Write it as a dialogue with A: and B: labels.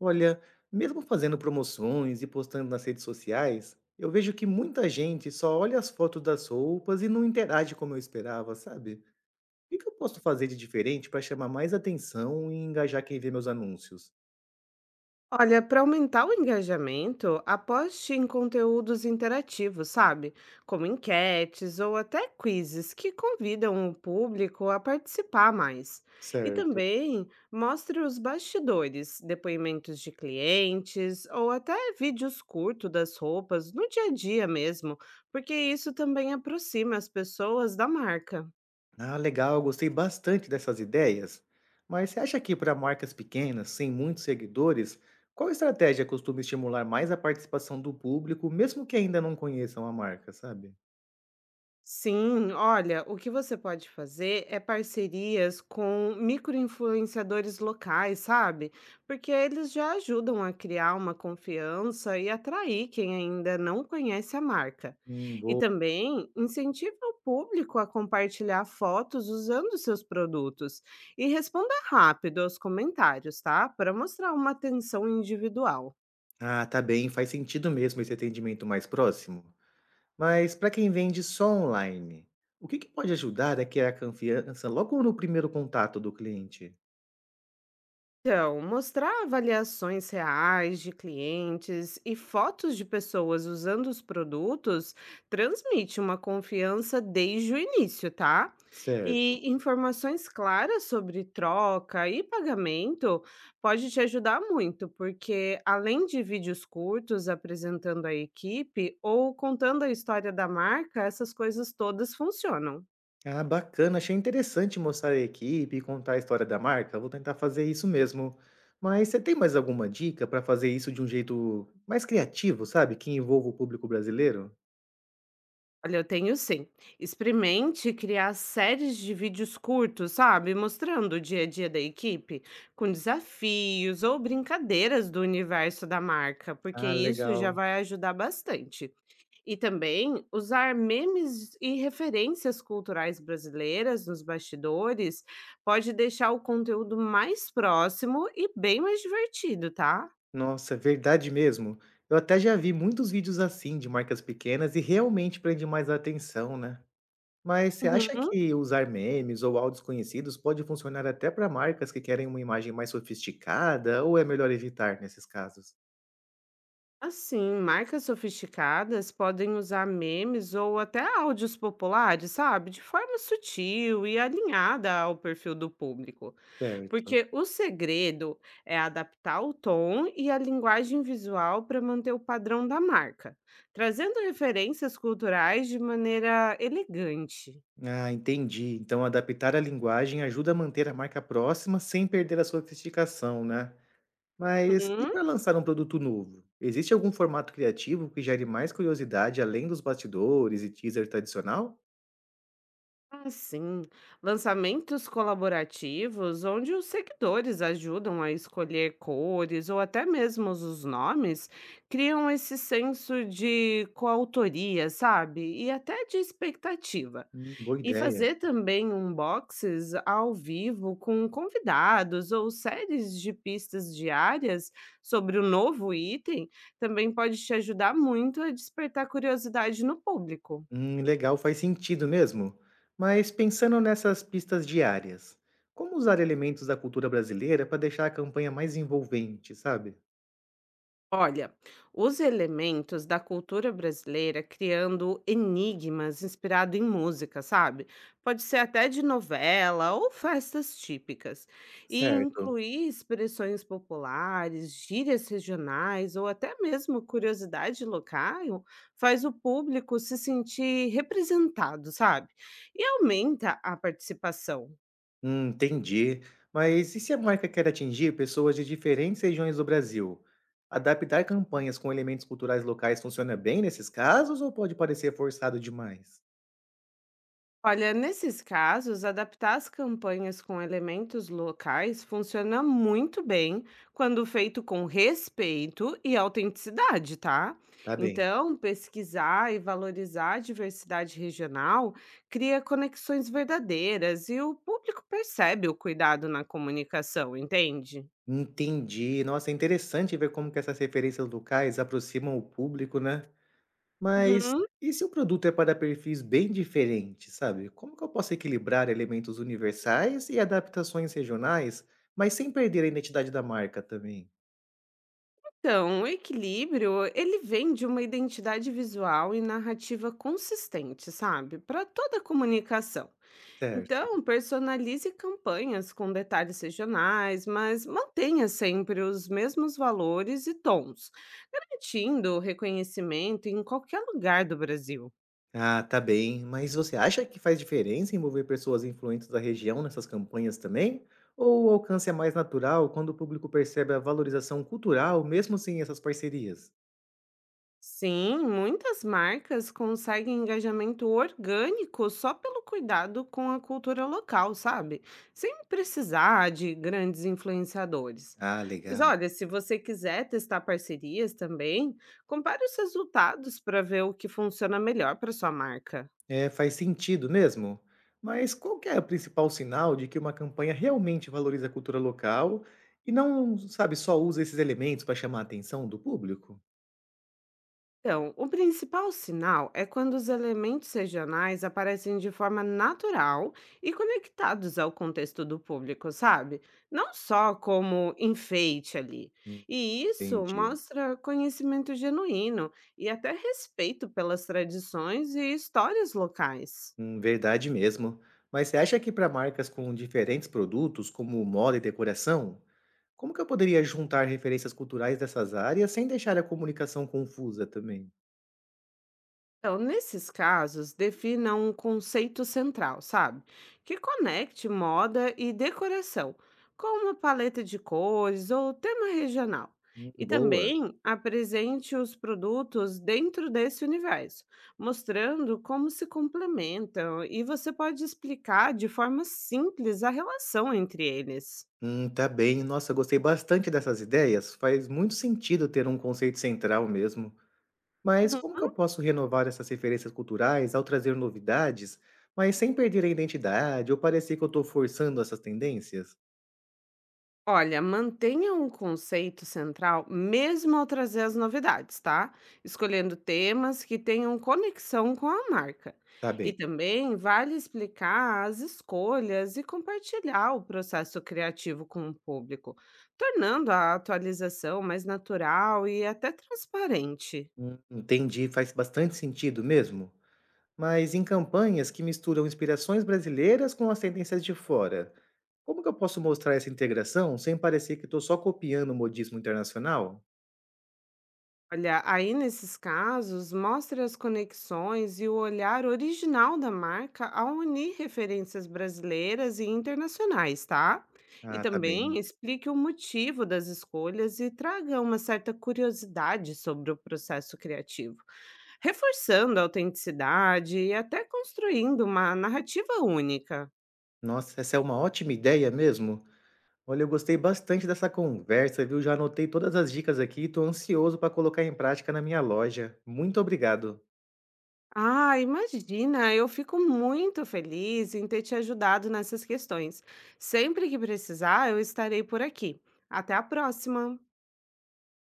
A: Olha, mesmo fazendo promoções e postando nas redes sociais, eu vejo que muita gente só olha as fotos das roupas e não interage como eu esperava, sabe? O que que eu posso fazer de diferente para chamar mais atenção e engajar quem vê meus anúncios?
B: Olha, para aumentar o engajamento, aposte em conteúdos interativos, sabe? Como enquetes ou até quizzes que convidam o público a participar mais. E
A: Certo.
B: também mostre os bastidores, depoimentos de clientes ou até vídeos curtos das roupas no dia a dia mesmo, porque isso também aproxima as pessoas da marca.
A: Ah, legal, gostei bastante dessas ideias. Mas você acha que para marcas pequenas, sem muitos seguidores, qual estratégia costuma estimular mais a participação do público, mesmo que ainda não conheçam a marca, sabe?
B: Sim, olha, o que você pode fazer é parcerias com microinfluenciadores locais, sabe? Porque eles já ajudam a criar uma confiança e atrair quem ainda não conhece a marca. E
A: Boa.
B: também incentiva o público a compartilhar fotos usando seus produtos e responda rápido aos comentários, tá? Para mostrar uma atenção individual.
A: Ah, tá bem, faz sentido mesmo esse atendimento mais próximo. Mas para quem vende só online, o que que pode ajudar a criar confiança logo no primeiro contato do cliente?
B: Então, mostrar avaliações reais de clientes e fotos de pessoas usando os produtos transmite uma confiança desde o início, tá? E
A: Certo.
B: informações claras sobre troca e pagamento pode te ajudar muito, porque além de vídeos curtos apresentando a equipe ou contando a história da marca, essas coisas todas funcionam.
A: Ah, bacana, achei interessante mostrar a equipe e contar a história da marca. Vou tentar fazer isso mesmo. Mas você tem mais alguma dica para fazer isso de um jeito mais criativo, sabe? Que envolva o público brasileiro?
B: Olha, eu tenho sim. Experimente criar séries de vídeos curtos, sabe? Mostrando o dia a dia da equipe, com desafios ou brincadeiras do universo da marca, porque
A: Ah,
B: isso já
A: legal.
B: vai ajudar bastante. E também usar memes e referências culturais brasileiras nos bastidores pode deixar o conteúdo mais próximo e bem mais divertido, tá?
A: Nossa, é verdade mesmo. Eu até já vi muitos vídeos assim de marcas pequenas e realmente prende mais a atenção, né? Mas você acha
B: Uhum.
A: que usar memes ou áudios conhecidos pode funcionar até para marcas que querem uma imagem mais sofisticada ou é melhor evitar nesses casos?
B: Assim, marcas sofisticadas podem usar memes ou até áudios populares, sabe? De forma sutil e alinhada ao perfil do público.
A: Certo.
B: Porque o segredo é adaptar o tom e a linguagem visual para manter o padrão da marca, trazendo referências culturais de maneira elegante.
A: Ah, entendi. Então, adaptar a linguagem ajuda a manter a marca próxima sem perder a sofisticação, né? Mas e
B: Hum?
A: para lançar um produto novo? Existe algum formato criativo que gere mais curiosidade além dos bastidores e teaser tradicional?
B: Ah, sim. Lançamentos colaborativos onde os seguidores ajudam a escolher cores ou até mesmo os nomes, criam esse senso de coautoria, sabe? E até de expectativa.
A: Boa
B: E
A: ideia.
B: fazer também unboxes ao vivo com convidados ou séries de pistas diárias sobre o novo item também pode te ajudar muito a despertar curiosidade no público.
A: Legal, faz sentido mesmo. Mas pensando nessas pistas diárias, como usar elementos da cultura brasileira para deixar a campanha mais envolvente, sabe?
B: Olha, os elementos da cultura brasileira criando enigmas inspirado em música, sabe? Pode ser até de novela ou festas típicas. E
A: Certo.
B: incluir expressões populares, gírias regionais ou até mesmo curiosidade local faz o público se sentir representado, sabe? E aumenta a participação.
A: Entendi. Mas e se a marca quer atingir pessoas de diferentes regiões do Brasil? Adaptar campanhas com elementos culturais locais funciona bem nesses casos ou pode parecer forçado demais?
B: Olha, nesses casos, adaptar as campanhas com elementos locais funciona muito bem quando feito com respeito e autenticidade, tá?
A: Tá bem.
B: Então, pesquisar e valorizar a diversidade regional cria conexões verdadeiras e o público percebe o cuidado na comunicação, entende?
A: Entendi. Nossa, é interessante ver como que essas referências locais aproximam o público, né? Mas
B: Uhum.
A: e se o produto é para perfis bem diferentes, sabe? Como que eu posso equilibrar elementos universais e adaptações regionais, mas sem perder a identidade da marca também?
B: Então, o equilíbrio, ele vem de uma identidade visual e narrativa consistente, sabe? Para toda a comunicação.
A: Certo.
B: Então, personalize campanhas com detalhes regionais, mas mantenha sempre os mesmos valores e tons, garantindo reconhecimento em qualquer lugar do Brasil.
A: Ah, tá bem. Mas você acha que faz diferença envolver pessoas influentes da região nessas campanhas também? Ou o alcance é mais natural quando o público percebe a valorização cultural, mesmo sem essas parcerias?
B: Sim, muitas marcas conseguem engajamento orgânico só pelo cuidado com a cultura local, sabe? Sem precisar de grandes influenciadores.
A: Ah,
B: Mas
A: legal.
B: olha, se você quiser testar parcerias também, compare os resultados para ver o que funciona melhor para sua marca.
A: É, faz sentido mesmo. Mas qual que é o principal sinal de que uma campanha realmente valoriza a cultura local e não, sabe, só usa esses elementos para chamar a atenção do público?
B: Então, o principal sinal é quando os elementos regionais aparecem de forma natural e conectados ao contexto do público, sabe? Não só como enfeite ali. E isso
A: Entendi.
B: mostra conhecimento genuíno e até respeito pelas tradições e histórias locais.
A: Verdade mesmo. Mas você acha que para marcas com diferentes produtos, como moda e decoração, como que eu poderia juntar referências culturais dessas áreas sem deixar a comunicação confusa também?
B: Então, nesses casos, defina um conceito central, sabe? Que conecte moda e decoração, com uma paleta de cores ou tema regional. E
A: Boa.
B: também apresente os produtos dentro desse universo, mostrando como se complementam, e você pode explicar de forma simples a relação entre eles.
A: Tá bem. Nossa, eu gostei bastante dessas ideias. Faz muito sentido ter um conceito central mesmo. Mas como que eu posso renovar essas referências culturais ao trazer novidades, mas sem perder a identidade ou parecer que eu estou forçando essas tendências?
B: Olha, mantenha um conceito central mesmo ao trazer as novidades, tá? Escolhendo temas que tenham conexão com a marca.
A: Tá
B: E
A: bem.
B: também vale explicar as escolhas e compartilhar o processo criativo com o público, tornando a atualização mais natural e até transparente.
A: Entendi, faz bastante sentido mesmo. Mas em campanhas que misturam inspirações brasileiras com as tendências de fora, como que eu posso mostrar essa integração sem parecer que estou só copiando o modismo internacional?
B: Olha, aí nesses casos, mostre as conexões e o olhar original da marca ao unir referências brasileiras e internacionais, tá? E
A: Ah, tá bem.
B: também explique o motivo das escolhas e traga uma certa curiosidade sobre o processo criativo, reforçando a autenticidade e até construindo uma narrativa única.
A: Nossa, essa é uma ótima ideia mesmo. Olha, eu gostei bastante dessa conversa, viu? Já anotei todas as dicas aqui e estou ansioso para colocar em prática na minha loja. Muito obrigado.
B: Ah, imagina, eu fico muito feliz em ter te ajudado nessas questões. Sempre que precisar, eu estarei por aqui. Até a próxima!